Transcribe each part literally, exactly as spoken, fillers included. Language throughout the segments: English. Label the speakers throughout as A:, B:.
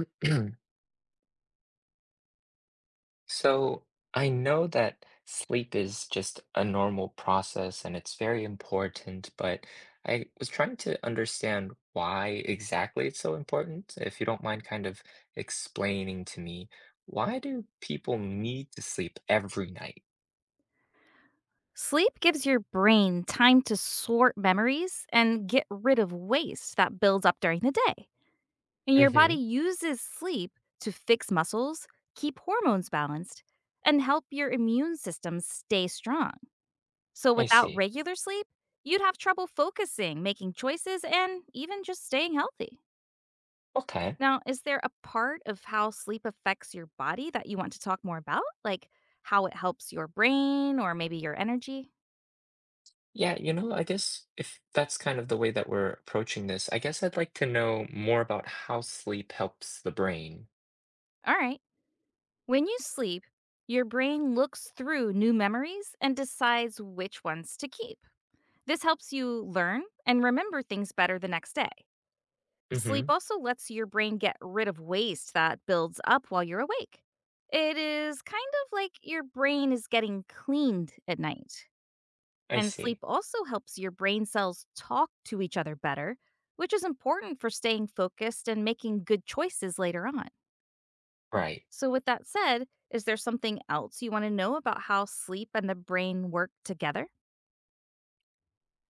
A: So I know that sleep is just a normal process and it's very important, but I was trying to understand why exactly it's so important. If you don't mind kind of explaining to me, why do people need to sleep every night?
B: Sleep gives your brain time to sort memories and get rid of waste that builds up during the day. And your
A: Hmm.
B: body uses sleep to fix muscles, keep hormones balanced, and help your immune system stay strong. So
A: I
B: without
A: see.
B: regular sleep, you'd have trouble focusing, making choices, and even just staying healthy.
A: Okay.
B: Now, is there a part of how sleep affects your body that you want to talk more about? Like how it helps your brain or maybe your energy?
A: Yeah, you know, I guess if that's kind of the way that we're approaching this, I guess I'd like to know more about how sleep helps the brain.
B: All right. When you sleep, your brain looks through new memories and decides which ones to keep. This helps you learn and remember things better the next day.
A: Hmm.
B: Sleep also lets your brain get rid of waste that builds up while you're awake. It is kind of like your brain is getting cleaned at night.
A: I
B: And sleep
A: see.
B: also helps your brain cells talk to each other better, which is important for staying focused and making good choices later on.
A: Right.
B: So, with that said, is there something else you want to know about how sleep and the brain work together?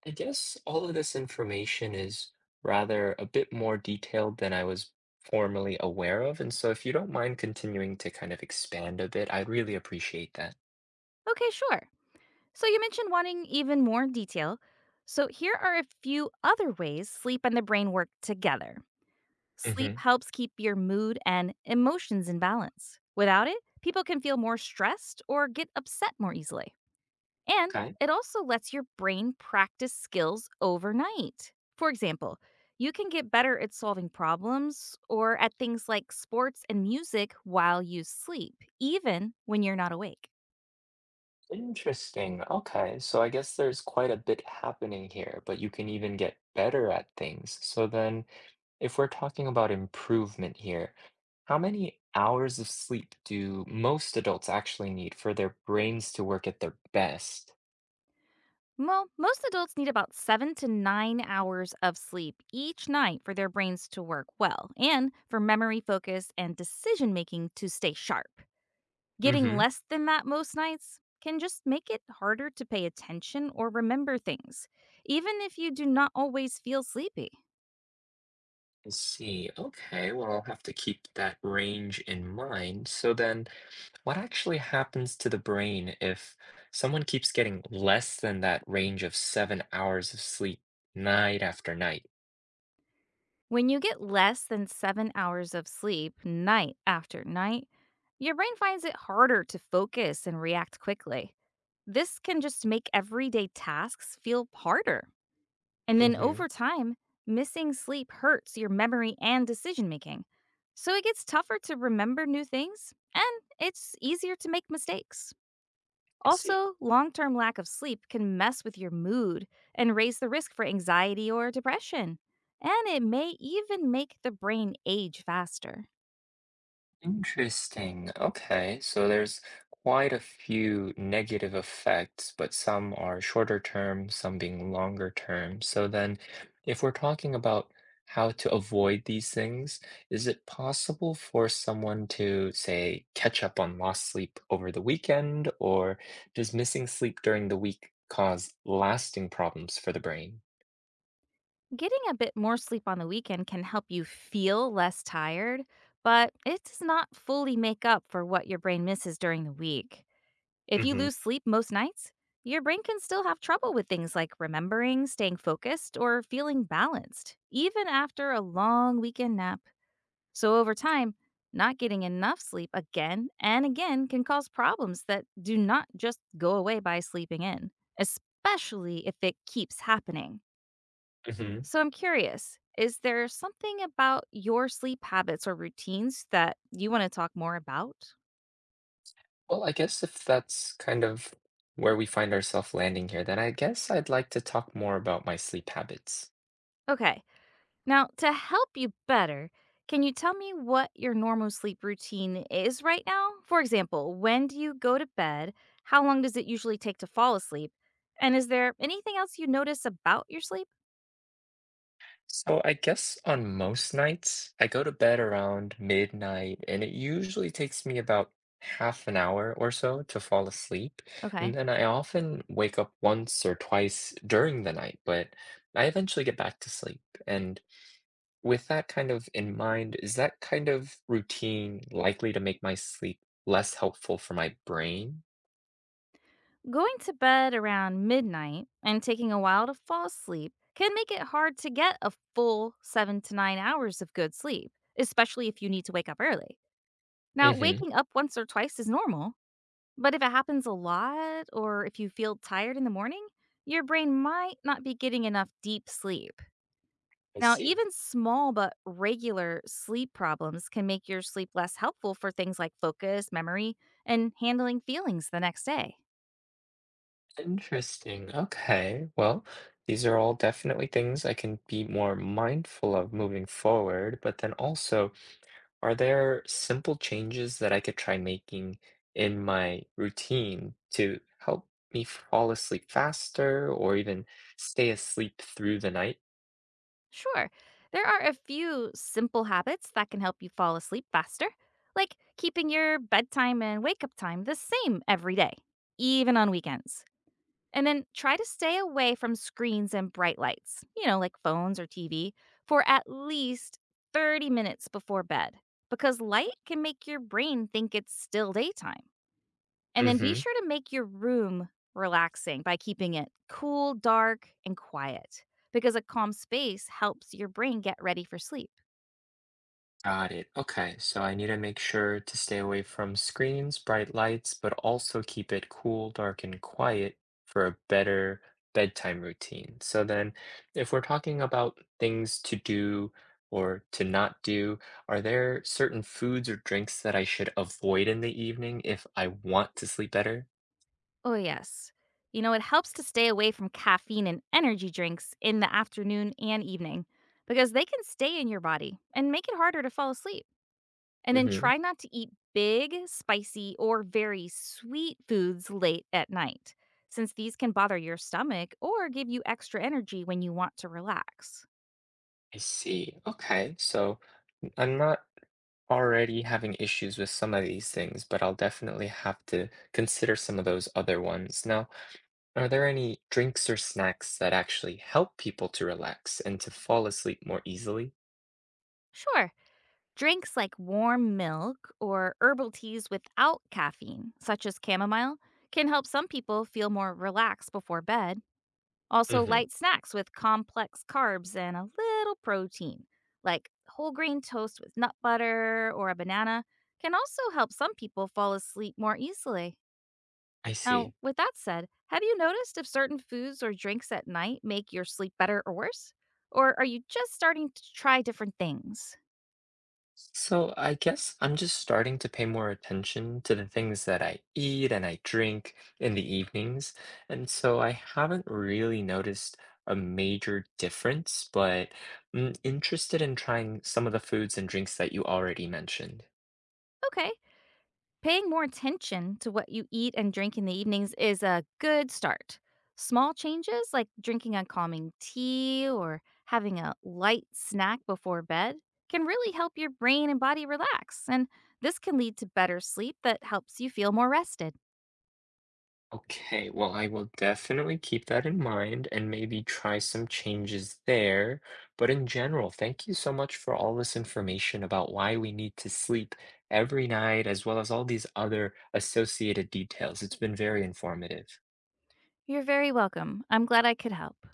A: I guess all of this information is rather a bit more detailed than I was formerly aware of. And so if you don't mind continuing to kind of expand a bit, I'd really appreciate that.
B: Okay, sure. So, you mentioned wanting even more detail. So, here are a few other ways sleep and the brain work together. Sleep
A: Hmm.
B: helps keep your mood and emotions in balance. Without it, people can feel more stressed or get upset more easily. And
A: Okay.
B: it also lets your brain practice skills overnight. For example, you can get better at solving problems or at things like sports and music while you sleep, even when you're not awake.
A: Interesting. Okay. So I guess there's quite a bit happening here, but you can even get better at things. So then, if we're talking about improvement here, how many hours of sleep do most adults actually need for their brains to work at their best?
B: Well, most adults need about seven to nine hours of sleep each night for their brains to work well and for memory focus and decision making to stay sharp. Getting less than that most nights can just make it harder to pay attention or remember things, even if you do not always feel sleepy.
A: I see. Okay, well, I'll have to keep that range in mind. So then, what actually happens to the brain if someone keeps getting less than that range of seven hours of sleep night after night?
B: When you get less than seven hours of sleep night after night, your brain finds it harder to focus and react quickly. This can just make everyday tasks feel harder. And then
A: Hmm.
B: over time, missing sleep hurts your memory and decision making. So it gets tougher to remember new things, and it's easier to make mistakes.
A: I see.
B: Also, long term lack of sleep can mess with your mood and raise the risk for anxiety or depression. And it may even make the brain age faster.
A: Interesting. Okay. So there's quite a few negative effects, but some are shorter term, some being longer term. So then, if we're talking about how to avoid these things, is it possible for someone to, say, catch up on lost sleep over the weekend, or does missing sleep during the week cause lasting problems for the brain?
B: Getting a bit more sleep on the weekend can help you feel less tired, but it does not fully make up for what your brain misses during the week. If you
A: Hmm.
B: lose sleep most nights, your brain can still have trouble with things like remembering, staying focused, or feeling balanced, even after a long weekend nap. So over time, not getting enough sleep again and again can cause problems that do not just go away by sleeping in, especially if it keeps happening.
A: Hmm.
B: So I'm curious, is there something about your sleep habits or routines that you want to talk more about?
A: Well, I guess if that's kind of where we find ourselves landing here, then I guess I'd like to talk more about my sleep habits.
B: Okay. Now, to help you better, can you tell me what your normal sleep routine is right now? For example, when do you go to bed? How long does it usually take to fall asleep? And is there anything else you notice about your sleep?
A: So I guess on most nights, I go to bed around midnight, and it usually takes me about half an hour or so to fall asleep. And
B: Okay.
A: then I often wake up once or twice during the night, but I eventually get back to sleep. And with that kind of in mind, is that kind of routine likely to make my sleep less helpful for my brain?
B: Going to bed around midnight and taking a while to fall asleep can make it hard to get a full seven to nine hours of good sleep, especially if you need to wake up early. Now,
A: Mhm.
B: waking up once or twice is normal, but if it happens a lot, or if you feel tired in the morning, your brain might not be getting enough deep sleep.
A: I
B: Now,
A: see.
B: even small but regular sleep problems can make your sleep less helpful for things like focus, memory, and handling feelings the next day.
A: Interesting. Okay. Well, these are all definitely things I can be more mindful of moving forward. But then also, are there simple changes that I could try making in my routine to help me fall asleep faster or even stay asleep through the night?
B: Sure, there are a few simple habits that can help you fall asleep faster, like keeping your bedtime and wake up time the same every day, even on weekends. And then try to stay away from screens and bright lights, you know, like phones or T V, for at least thirty minutes before bed, because light can make your brain think it's still daytime. And then be
A: Mhm.
B: sure to make your room relaxing by keeping it cool, dark, and quiet, because a calm space helps your brain get ready for sleep.
A: Got it. Okay, so I need to make sure to stay away from screens, bright lights, but also keep it cool, dark, and quiet for a better bedtime routine. So then, if we're talking about things to do or to not do, are there certain foods or drinks that I should avoid in the evening if I want to sleep better?
B: Oh, yes. You know, it helps to stay away from caffeine and energy drinks in the afternoon and evening because they can stay in your body and make it harder to fall asleep. And then
A: Hmm.
B: try not to eat big, spicy, or very sweet foods late at night, since these can bother your stomach or give you extra energy when you want to relax.
A: I see. Okay, so I'm not already having issues with some of these things, but I'll definitely have to consider some of those other ones. Now, are there any drinks or snacks that actually help people to relax and to fall asleep more easily?
B: Sure, drinks like warm milk or herbal teas without caffeine, such as chamomile, can help some people feel more relaxed before bed. Also,
A: Hmm.
B: light snacks with complex carbs and a little protein, like whole grain toast with nut butter or a banana, can also help some people fall asleep more easily.
A: I
B: Now,
A: see.
B: with that said, have you noticed if certain foods or drinks at night make your sleep better or worse? Or are you just starting to try different things?
A: So I guess I'm just starting to pay more attention to the things that I eat and I drink in the evenings. And so I haven't really noticed a major difference, but I'm interested in trying some of the foods and drinks that you already mentioned.
B: Okay, paying more attention to what you eat and drink in the evenings is a good start. Small changes like drinking a calming tea or having a light snack before bed can really help your brain and body relax, and this can lead to better sleep that helps you feel more rested.
A: Okay, well, I will definitely keep that in mind and maybe try some changes there. But in general, thank you so much for all this information about why we need to sleep every night, as well as all these other associated details. It's been very informative.
B: You're very welcome. I'm glad I could help.